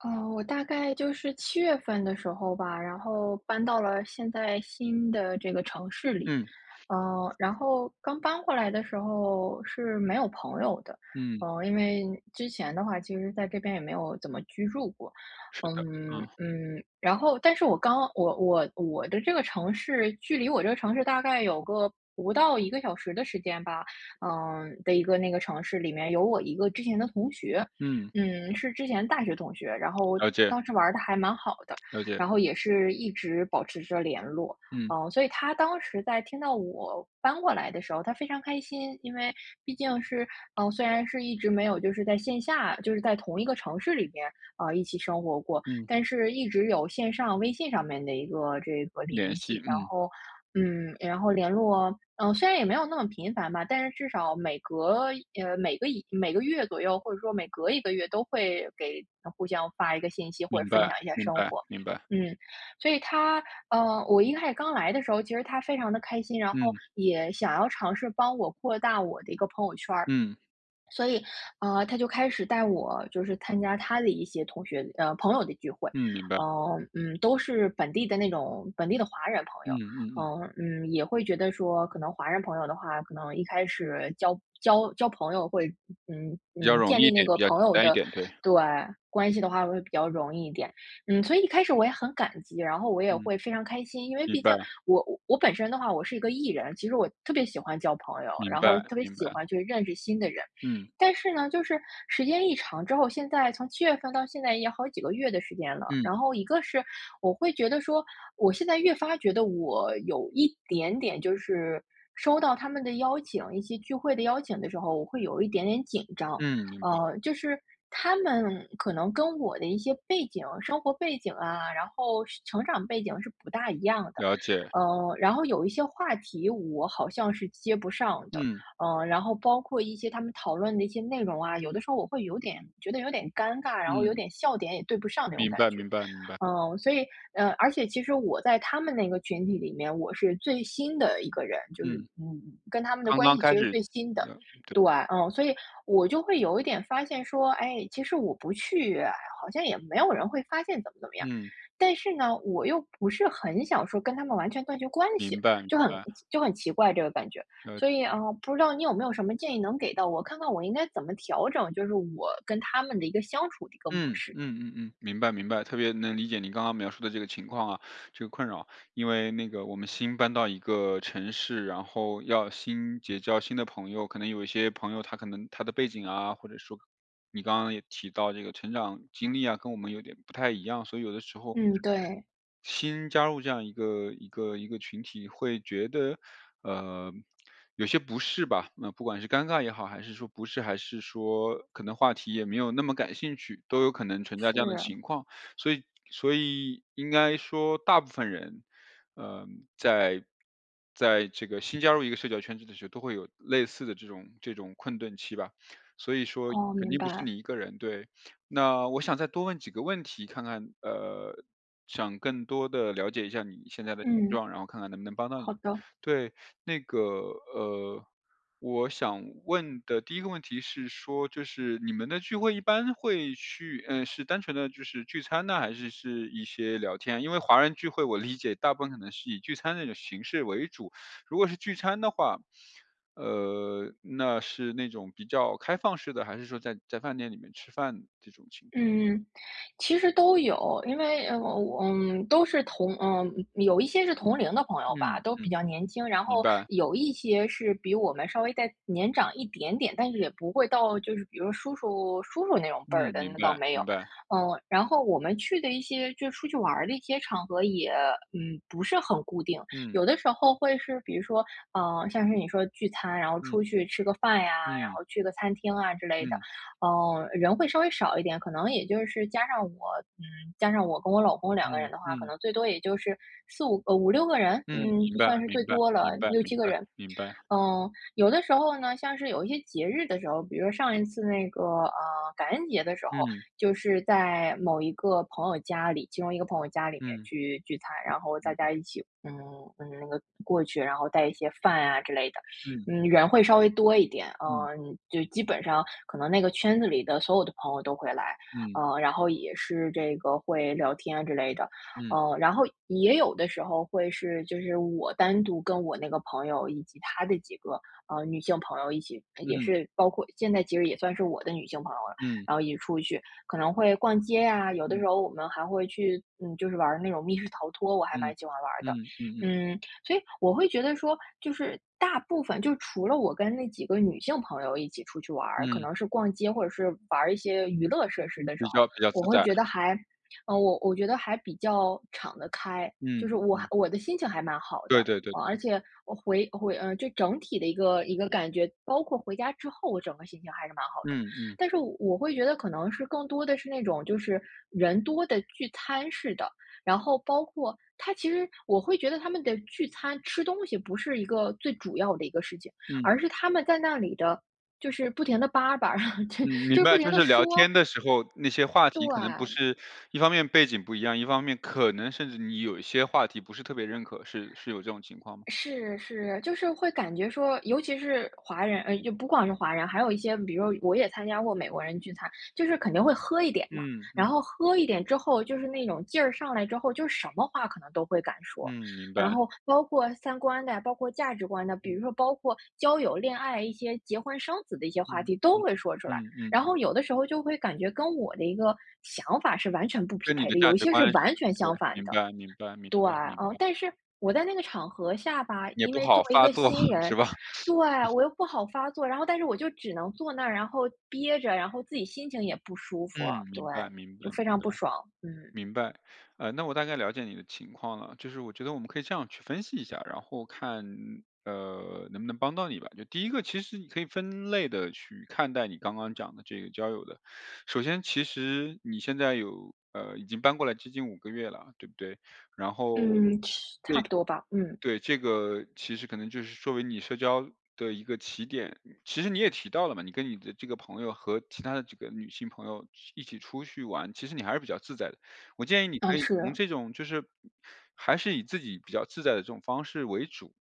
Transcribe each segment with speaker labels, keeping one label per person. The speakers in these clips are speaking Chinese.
Speaker 1: 我大概就是七月份的时候吧，然后搬到了现在新的这个城市里，
Speaker 2: 嗯
Speaker 1: 然后刚搬过来的时候是没有朋友的，
Speaker 2: 嗯，
Speaker 1: 因为之前的话，其实在这边也没有怎么居住过。
Speaker 2: 是的，啊，
Speaker 1: 然后但是我刚我我我的这个城市距离我这个城市大概有个不到一个小时的时间吧，的一个那个城市里面有我一个之前的同学。
Speaker 2: 嗯，
Speaker 1: 嗯，是之前大学同学，然后
Speaker 2: 了解
Speaker 1: 当时玩的还蛮好的，
Speaker 2: 了解，
Speaker 1: 然后也是一直保持着联络。
Speaker 2: 嗯
Speaker 1: 嗯，所以他当时在听到我搬过来的时候，他非常开心，因为毕竟是，嗯，虽然是一直没有就是在线下，就是在同一个城市里面，一起生活过，
Speaker 2: 嗯，
Speaker 1: 但是一直有线上微信上面的一个这个
Speaker 2: 联
Speaker 1: 联
Speaker 2: 系，
Speaker 1: 系，然
Speaker 2: 嗯，
Speaker 1: 后，嗯，然后联络，嗯，虽然也没有那么频繁吧，但是至少每隔每个月左右，或者说每隔一个月都会互相发一个信息或
Speaker 2: 明
Speaker 1: 者分
Speaker 2: 白
Speaker 1: 享一下
Speaker 2: 明
Speaker 1: 生
Speaker 2: 白
Speaker 1: 活。
Speaker 2: 明白，
Speaker 1: 嗯，所以他，我一开始刚来的时候，其实他非常的开心，然后
Speaker 2: 嗯
Speaker 1: 也想要尝试帮我扩大我的一个朋友圈儿，
Speaker 2: 嗯
Speaker 1: 所以，他就开始带我就是参加他的一些同学，朋友的聚会。
Speaker 2: 嗯，明白，
Speaker 1: 都是本地的华人朋
Speaker 2: 嗯
Speaker 1: 友。
Speaker 2: 嗯嗯，
Speaker 1: 也会觉得说可能华人朋友的话，可能一开始交朋友会，
Speaker 2: 比较容
Speaker 1: 建
Speaker 2: 易一
Speaker 1: 立那
Speaker 2: 点，
Speaker 1: 个
Speaker 2: 比较
Speaker 1: 朋
Speaker 2: 简
Speaker 1: 友
Speaker 2: 单一
Speaker 1: 的，
Speaker 2: 点，对，
Speaker 1: 对，关系的话会比较容易一点。嗯，所以一开始我也很感激，然后我也
Speaker 2: 嗯，
Speaker 1: 会非常开心，因为
Speaker 2: 明
Speaker 1: 毕
Speaker 2: 白
Speaker 1: 竟我本身的话，我是一个艺人，其实我特别喜欢交朋友，
Speaker 2: 明
Speaker 1: 然后
Speaker 2: 白
Speaker 1: 特别
Speaker 2: 明白，
Speaker 1: 喜欢去认识新的人。
Speaker 2: 嗯
Speaker 1: 但是呢，就是时间一长之后，现在从七月份到现在也好几个月的时间了。
Speaker 2: 嗯
Speaker 1: 然后一个是我会觉得说，我现在越发觉得我有一点点就是收到他们的邀请，一些聚会的邀请的时候，我会有一点点紧张。
Speaker 2: 嗯，明白，
Speaker 1: 就是他们可能跟我的一些背景、生活背景啊，然后是成长背景是不大一样的。
Speaker 2: 了解，
Speaker 1: 然后有一些话题我好像是接不上的。
Speaker 2: 嗯
Speaker 1: 然后包括一些他们讨论的一些内容啊，有的时候我会有点觉得有点尴尬，然后有
Speaker 2: 嗯，
Speaker 1: 点笑点也对不上那种
Speaker 2: 明
Speaker 1: 感
Speaker 2: 白
Speaker 1: 觉。
Speaker 2: 明白明白，
Speaker 1: 嗯，所以，而且其实我在他们那个群体里面，我是最新的一个人，就是，
Speaker 2: 嗯，
Speaker 1: 嗯，跟他们的
Speaker 2: 刚
Speaker 1: 关
Speaker 2: 刚
Speaker 1: 系
Speaker 2: 开
Speaker 1: 其实
Speaker 2: 始
Speaker 1: 最新的，
Speaker 2: 的，对，
Speaker 1: 对，嗯，所以我就会有一点发现说，哎，其实我不去，好像也没有人会发现怎么怎么样，
Speaker 2: 嗯，
Speaker 1: 但是呢，我又不是很想说跟他们完全断绝关系，
Speaker 2: 明白明
Speaker 1: 就很
Speaker 2: 白，
Speaker 1: 就很奇怪这个感觉。
Speaker 2: 了
Speaker 1: 所以啊，不知道你有没有什么建议能给到我，看看我应该怎么调整，就是我跟他们的一个相处的一个模
Speaker 2: 嗯嗯
Speaker 1: 式。
Speaker 2: 嗯嗯，明白明白，特别能理解你刚刚描述的这个情况啊，这个困扰。因为那个我们新搬到一个城市，然后要新结交新的朋友，可能有一些朋友他可能他的背景啊，或者说你刚刚也提到这个成长经历啊，跟我们有点不太一样，所以有的时候
Speaker 1: 嗯，对，
Speaker 2: 新加入这样一个群体，会觉得，呃，有些不适吧。那不管是尴尬也好，还是说不适，还是说可能话题也没有那么感兴趣，都有可能存在这样的
Speaker 1: 是。
Speaker 2: 情况。所以，所以应该说，大部分人，呃，在在这个新加入一个社交圈子的时候，都会有类似的这种困顿期吧。所以说，
Speaker 1: 哦，
Speaker 2: 肯
Speaker 1: 明
Speaker 2: 定不是
Speaker 1: 白，
Speaker 2: 你一个人，对。那我想再多问几个问题，看看想更多的了解一下你现在的现
Speaker 1: 嗯，
Speaker 2: 状，然后看看能不能帮到
Speaker 1: 好
Speaker 2: 你。
Speaker 1: 的。
Speaker 2: 对，那个呃，我想问的第一个问题是说，就是你们的聚会一般会去是单纯的就是聚餐呢，还是一些聊天啊？因为华人聚会我理解大部分可能是以聚餐那种形式为主。如果是聚餐的话，那是那种比较开放式的，还是说在饭店里面吃饭这种情
Speaker 1: 嗯，其实都有，因为我都是有一些是同龄的朋友吧，
Speaker 2: 嗯
Speaker 1: 都比
Speaker 2: 嗯，
Speaker 1: 较年轻，然
Speaker 2: 明
Speaker 1: 后
Speaker 2: 白，
Speaker 1: 有一些是比我们稍微再年长一点点，但是也不会到就是比如叔叔那种
Speaker 2: 嗯，
Speaker 1: 辈儿的，
Speaker 2: 明
Speaker 1: 那倒
Speaker 2: 白
Speaker 1: 没有。
Speaker 2: 明白，
Speaker 1: 嗯，然后我们去的一些就出去玩儿的一些场合也，嗯，不是很固定。
Speaker 2: 嗯
Speaker 1: 有的时候会是比如说，像是你说聚餐，然后
Speaker 2: 嗯
Speaker 1: 出去吃个饭呀，然
Speaker 2: 嗯
Speaker 1: 后去个餐厅啊之类的。
Speaker 2: 嗯
Speaker 1: 嗯，人会稍微少一点，可能也就是加上我，嗯，加上我跟我老公两个
Speaker 2: 嗯
Speaker 1: 人的话，可
Speaker 2: 嗯
Speaker 1: 能最多也就是五六个人，
Speaker 2: 嗯，
Speaker 1: 嗯，
Speaker 2: 明
Speaker 1: 就
Speaker 2: 白
Speaker 1: 算是
Speaker 2: 明
Speaker 1: 最
Speaker 2: 白
Speaker 1: 多了
Speaker 2: 明白
Speaker 1: 六
Speaker 2: 明
Speaker 1: 七个
Speaker 2: 白
Speaker 1: 人。
Speaker 2: 明白，
Speaker 1: 嗯，有的时候呢，像是有一些节日的时候，比如说上一次那个，感恩节的时候，
Speaker 2: 嗯
Speaker 1: 就是在某一个朋友家里，其中一个朋友家里面
Speaker 2: 嗯
Speaker 1: 去聚餐，然后大家
Speaker 2: 嗯
Speaker 1: 一起，嗯，嗯，那个过去，然后带一些饭啊之类的。
Speaker 2: 嗯
Speaker 1: 嗯，人会稍微多一点，
Speaker 2: 嗯
Speaker 1: 嗯，就基本上可能那个圈子里的所有的朋友都会来，
Speaker 2: 嗯
Speaker 1: 嗯，然后也是这个会聊天啊之类的，
Speaker 2: 嗯嗯
Speaker 1: 嗯，然后也有的时候会是就是我单独跟我那个朋友以及他的几个女性朋友一起，也
Speaker 2: 嗯
Speaker 1: 是包括现在其实也算是我的女性朋友了，
Speaker 2: 嗯
Speaker 1: 然后一起出去，可能会逛街呀、有的
Speaker 2: 嗯
Speaker 1: 时候我们还会去，嗯，就是玩儿那种密室逃脱，我还蛮喜欢玩儿的。
Speaker 2: 嗯嗯嗯，
Speaker 1: 嗯，所以我会觉得说，就是大部分就除了我跟那几个女性朋友一起出去玩儿，可
Speaker 2: 嗯
Speaker 1: 能是逛街或者是玩儿一些娱乐设施的时
Speaker 2: 比
Speaker 1: 候，
Speaker 2: 较比较
Speaker 1: 我
Speaker 2: 自
Speaker 1: 会
Speaker 2: 在，
Speaker 1: 觉得还，我觉得还比较敞得开，就
Speaker 2: 嗯
Speaker 1: 是我还
Speaker 2: 嗯，
Speaker 1: 我的心情还蛮好
Speaker 2: 对
Speaker 1: 的。
Speaker 2: 对对
Speaker 1: 而
Speaker 2: 对，
Speaker 1: 且我回回嗯、呃，就整体的一个感觉，包括回家之后，我整个心情还是蛮好的。
Speaker 2: 嗯嗯
Speaker 1: 但是我会觉得可能是更多的是那种就是人多的聚餐式的，然后包括他，其实我会觉得他们的聚餐吃东西不是一个最主要的一个事情，
Speaker 2: 嗯。
Speaker 1: 而是他们在那里的就是不停的叭叭，就
Speaker 2: 嗯，明
Speaker 1: 就是不
Speaker 2: 白，
Speaker 1: 停
Speaker 2: 就
Speaker 1: 的
Speaker 2: 是聊
Speaker 1: 说，
Speaker 2: 天的时候，那些话题
Speaker 1: 对。
Speaker 2: 可能不是，一方面背景不一样，一方面可能甚至你有一些话题不是特别认可，是有这种情况吗？
Speaker 1: 是是，就是会感觉说，尤其是华人，就不光是华人，还有一些，比如我也参加过美国人聚餐，就是肯定会喝一点嘛。
Speaker 2: 嗯
Speaker 1: 然
Speaker 2: 嗯
Speaker 1: 后喝一点之后，就是那种劲儿上来之后，就是什么话可能都会敢说。
Speaker 2: 嗯，明
Speaker 1: 然
Speaker 2: 白，
Speaker 1: 后包括三观的呀，包括价值观的，比
Speaker 2: 嗯
Speaker 1: 如说包括交友、恋爱、一些结婚生子的一些话
Speaker 2: 嗯
Speaker 1: 题都会说出来。
Speaker 2: 嗯嗯，
Speaker 1: 然后有的时候就会感觉跟我的一个想法是完全不匹
Speaker 2: 跟你
Speaker 1: 配
Speaker 2: 的
Speaker 1: 的，
Speaker 2: 价
Speaker 1: 有一
Speaker 2: 值
Speaker 1: 些
Speaker 2: 观
Speaker 1: 是
Speaker 2: 是。
Speaker 1: 完全
Speaker 2: 对，
Speaker 1: 相反
Speaker 2: 明
Speaker 1: 的。
Speaker 2: 白明白明
Speaker 1: 对，
Speaker 2: 白明
Speaker 1: 嗯，
Speaker 2: 白，
Speaker 1: 但是我在那个场合下吧，
Speaker 2: 也
Speaker 1: 因
Speaker 2: 不
Speaker 1: 为作
Speaker 2: 好
Speaker 1: 为一
Speaker 2: 发
Speaker 1: 个
Speaker 2: 作
Speaker 1: 新
Speaker 2: 是
Speaker 1: 人，
Speaker 2: 吧？
Speaker 1: 对，我又不好发作，然后但是我就只能坐那儿，然后憋着，然后自己心情也不舒服，
Speaker 2: 嗯，
Speaker 1: 对，
Speaker 2: 明白明白
Speaker 1: 就非
Speaker 2: 明
Speaker 1: 常
Speaker 2: 白。
Speaker 1: 不爽。嗯，
Speaker 2: 明白，那我大概了解你的情况了，就是我觉得我们可以这样去分析一下，然后看能不能帮到你吧。就第一个，其实你可以分类的去看待你刚刚讲的这个交友的。首先，其实你现在有已经搬过来接近5个月了，对不对？然后
Speaker 1: 嗯，差不多吧，嗯，
Speaker 2: 对，这个其实可能就是作为你社交的一个起点。其实你也提到了嘛，你跟你的这个朋友和其他的这个女性朋友一起出去玩，其实你还是比较自在的。我建议你可
Speaker 1: 哦
Speaker 2: 以从
Speaker 1: 是，
Speaker 2: 这种就是还是以自己比较自在的这种方式为主，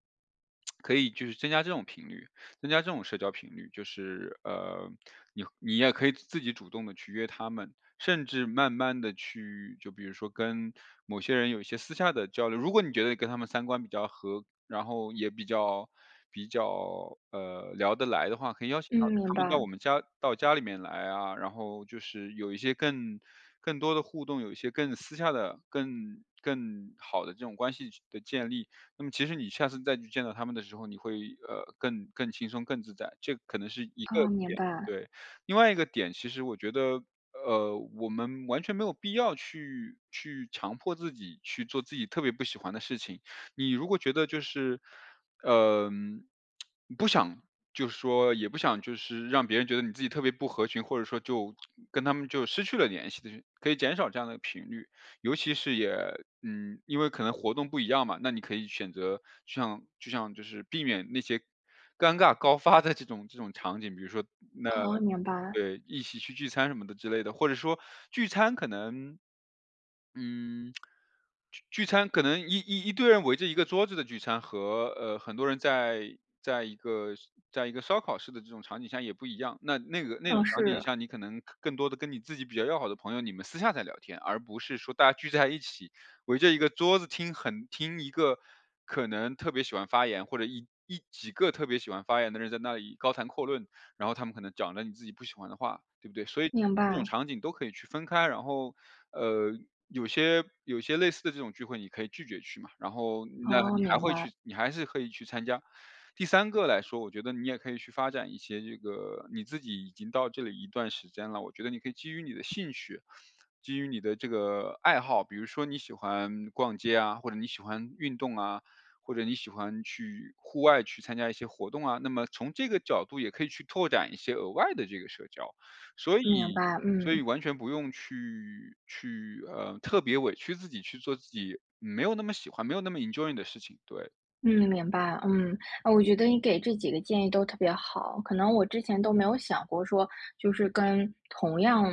Speaker 2: 可以就是增加这种频率，增加这种社交频率，就是你也可以自己主动的去约他们，甚至慢慢的去，就比如说跟某些人有一些私下的交流。如果你觉得跟他们三观比较合，然后也比较聊得来的话，可以邀请到
Speaker 1: 嗯，明
Speaker 2: 他们到我
Speaker 1: 白，
Speaker 2: 们家到家里面来啊，然后就是有一些更多的互动，有一些更私下的、更好的这种关系的建立。那么其实你下次再去见到他们的时候，你会更轻松、更自在，这可能是一个
Speaker 1: 啊明
Speaker 2: 点。
Speaker 1: 白，
Speaker 2: 对，另外一个点，其实我觉得，我们完全没有必要去强迫自己去做自己特别不喜欢的事情。你如果觉得就是，嗯不想，就是说也不想，就是让别人觉得你自己特别不合群，或者说就跟他们就失去了联系的，可以减少这样的频率。尤其是也因为可能活动不一样嘛，那你可以选择就像就是避免那些尴尬高发的这种场景，比如说那
Speaker 1: 哦明白，
Speaker 2: 对，一起去聚餐什么的之类的，或者说聚餐可能嗯，聚餐可能一堆人围着一个桌子的聚餐和，很多人在一个烧烤式的这种场景下也不一样。那那个那
Speaker 1: 哦
Speaker 2: 种场景
Speaker 1: 是，
Speaker 2: 下，你可能更多的跟你自己比较要好的朋友，你们私下在聊天，而不是说大家聚在一起，围着一个桌子听一个可能特别喜欢发言，或者几个特别喜欢发言的人在那里高谈阔论，然后他们可能讲了你自己不喜欢的话，对不对？所以这
Speaker 1: 明
Speaker 2: 这种
Speaker 1: 白，
Speaker 2: 场景都可以去分开，然后呃，有些类似的这种聚会你可以拒绝去嘛，然后那
Speaker 1: 哦
Speaker 2: 你还
Speaker 1: 明
Speaker 2: 会去，
Speaker 1: 白，
Speaker 2: 你还是可以去参加。第三个来说，我觉得你也可以去发展一些这个你自己已经到这里一段时间了，我觉得你可以基于你的兴趣，基于你的这个爱好，比如说你喜欢逛街啊，或者你喜欢运动啊，或者你喜欢去户外去参加一些活动啊，那么从这个角度也可以去拓展一些额外的这个社交。所
Speaker 1: 明
Speaker 2: 以
Speaker 1: 白，
Speaker 2: 所以
Speaker 1: 嗯。
Speaker 2: 完全不用去，特别委屈自己去做自己没有那么喜欢、没有那么 enjoy 的事情，对，
Speaker 1: 嗯，明白。嗯，啊，我觉得你给这几个建议都特别好，可能我之前都没有想过说，就是跟同样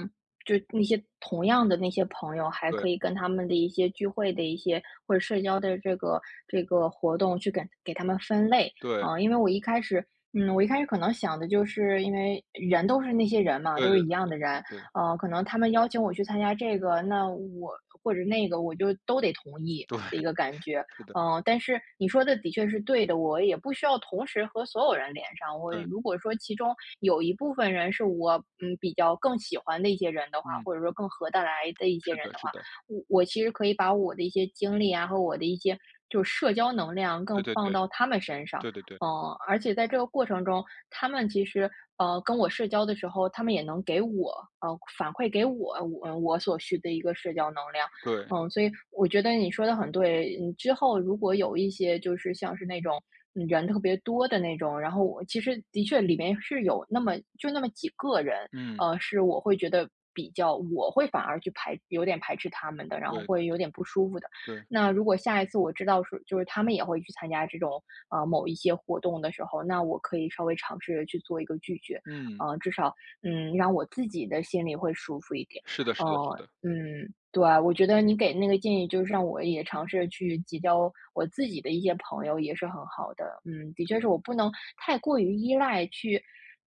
Speaker 1: 就那些同样的那些朋友，还
Speaker 2: 对，
Speaker 1: 可以跟他们的一些聚会的一些或者社交的这个这个活动去给他们分类
Speaker 2: 对，
Speaker 1: 啊，因为我一开始，嗯，我一开始可能想的就是因为人都是那些人嘛，
Speaker 2: 对
Speaker 1: 都
Speaker 2: 对
Speaker 1: 是一样的人，
Speaker 2: 对对，
Speaker 1: 可能他们邀请我去参加这个，那我或者那个，我就都得同意
Speaker 2: 对，
Speaker 1: 的一个感觉。
Speaker 2: 是的，
Speaker 1: 嗯，但是你说的的确是对的，我也不需要同时和所有人连上。我
Speaker 2: 对，
Speaker 1: 如果说其中有一部分人是我比较更喜欢的一些人的话，
Speaker 2: 嗯，
Speaker 1: 或者说更合得来的一些
Speaker 2: 是
Speaker 1: 人
Speaker 2: 的
Speaker 1: 的话，
Speaker 2: 是的，
Speaker 1: 我其实可以把我的一些精力啊和我的一些就是社交能量
Speaker 2: 对
Speaker 1: 更
Speaker 2: 对
Speaker 1: 放
Speaker 2: 对，
Speaker 1: 到他们身上。
Speaker 2: 对对对，
Speaker 1: 嗯，而且在这个过程中，他们其实跟我社交的时候，他们也能给我反馈给我所需的一个社交能量。
Speaker 2: 对，
Speaker 1: 嗯，所以我觉得你说的很对。嗯，之后如果有一些就是像是那种，嗯，人特别多的那种，然后我其实的确里面是有那么几个人，
Speaker 2: 嗯，
Speaker 1: 是我会觉得比较，我会反而去排，有点排斥他们的，然后
Speaker 2: 对对
Speaker 1: 会有点不舒服的。那如果下一次我知道说就是他们也会去参加这种某一些活动的时候，那我可以稍微尝试着去做一个拒绝，
Speaker 2: 嗯，
Speaker 1: 至少让我自己的心里会舒服一点。
Speaker 2: 是的是
Speaker 1: 嗯，
Speaker 2: 的是的，
Speaker 1: 嗯，对啊，我觉得你给那个建议，就是让我也尝试去结交我自己的一些朋友，也是很好的。嗯，的确
Speaker 2: 对，
Speaker 1: 是我不能太过于依赖去，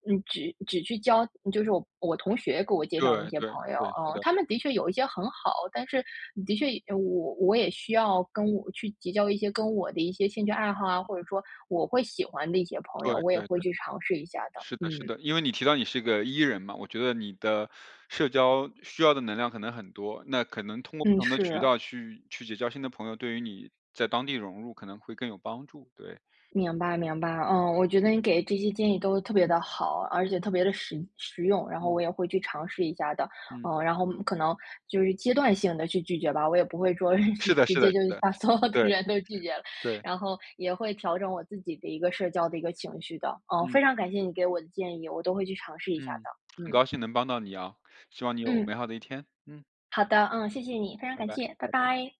Speaker 1: 嗯，只去交，就是我我同学给我介绍那
Speaker 2: 对
Speaker 1: 些
Speaker 2: 对
Speaker 1: 朋友，
Speaker 2: 对，是
Speaker 1: 嗯，
Speaker 2: 的，
Speaker 1: 他们的确有一些很好，但是的确我我也需要跟我去结交一些跟我的一些兴趣爱好啊，或者说我会喜欢的一些朋友，
Speaker 2: 对
Speaker 1: 我也
Speaker 2: 对。
Speaker 1: 会去尝试一下的。
Speaker 2: 是的，是
Speaker 1: 嗯，
Speaker 2: 的，因为你提到你是个 E 人嘛，我觉得你的社交需要的能量可能很多，那可能通过不
Speaker 1: 嗯，
Speaker 2: 同的渠
Speaker 1: 是。
Speaker 2: 道去结交新的朋友，对于你在当地融入可能会更有帮助。对，
Speaker 1: 明白明白，嗯，我觉得你给这些建议都特别的好，而且特别的实用，然后我
Speaker 2: 嗯
Speaker 1: 也会去尝试一下的。
Speaker 2: 嗯，
Speaker 1: 嗯，然后可能就是阶段性的去拒绝吧，我也不会说 直
Speaker 2: 是的，
Speaker 1: 直
Speaker 2: 是的，
Speaker 1: 接就
Speaker 2: 是的，
Speaker 1: 把
Speaker 2: 是的，
Speaker 1: 所有的
Speaker 2: 对
Speaker 1: 人都拒绝了，
Speaker 2: 对，
Speaker 1: 然后也会调整我自己的一个社交的一个情绪的。嗯，
Speaker 2: 嗯
Speaker 1: 非常感谢你给我的建议，我都会去尝试一下
Speaker 2: 嗯，
Speaker 1: 的。
Speaker 2: 很
Speaker 1: 嗯，
Speaker 2: 高兴能帮到你啊，希望你有美
Speaker 1: 嗯，
Speaker 2: 好的一天。嗯，
Speaker 1: 好的，嗯，谢谢你，非常
Speaker 2: 拜
Speaker 1: 感
Speaker 2: 拜，
Speaker 1: 谢，拜
Speaker 2: 拜拜。
Speaker 1: 拜。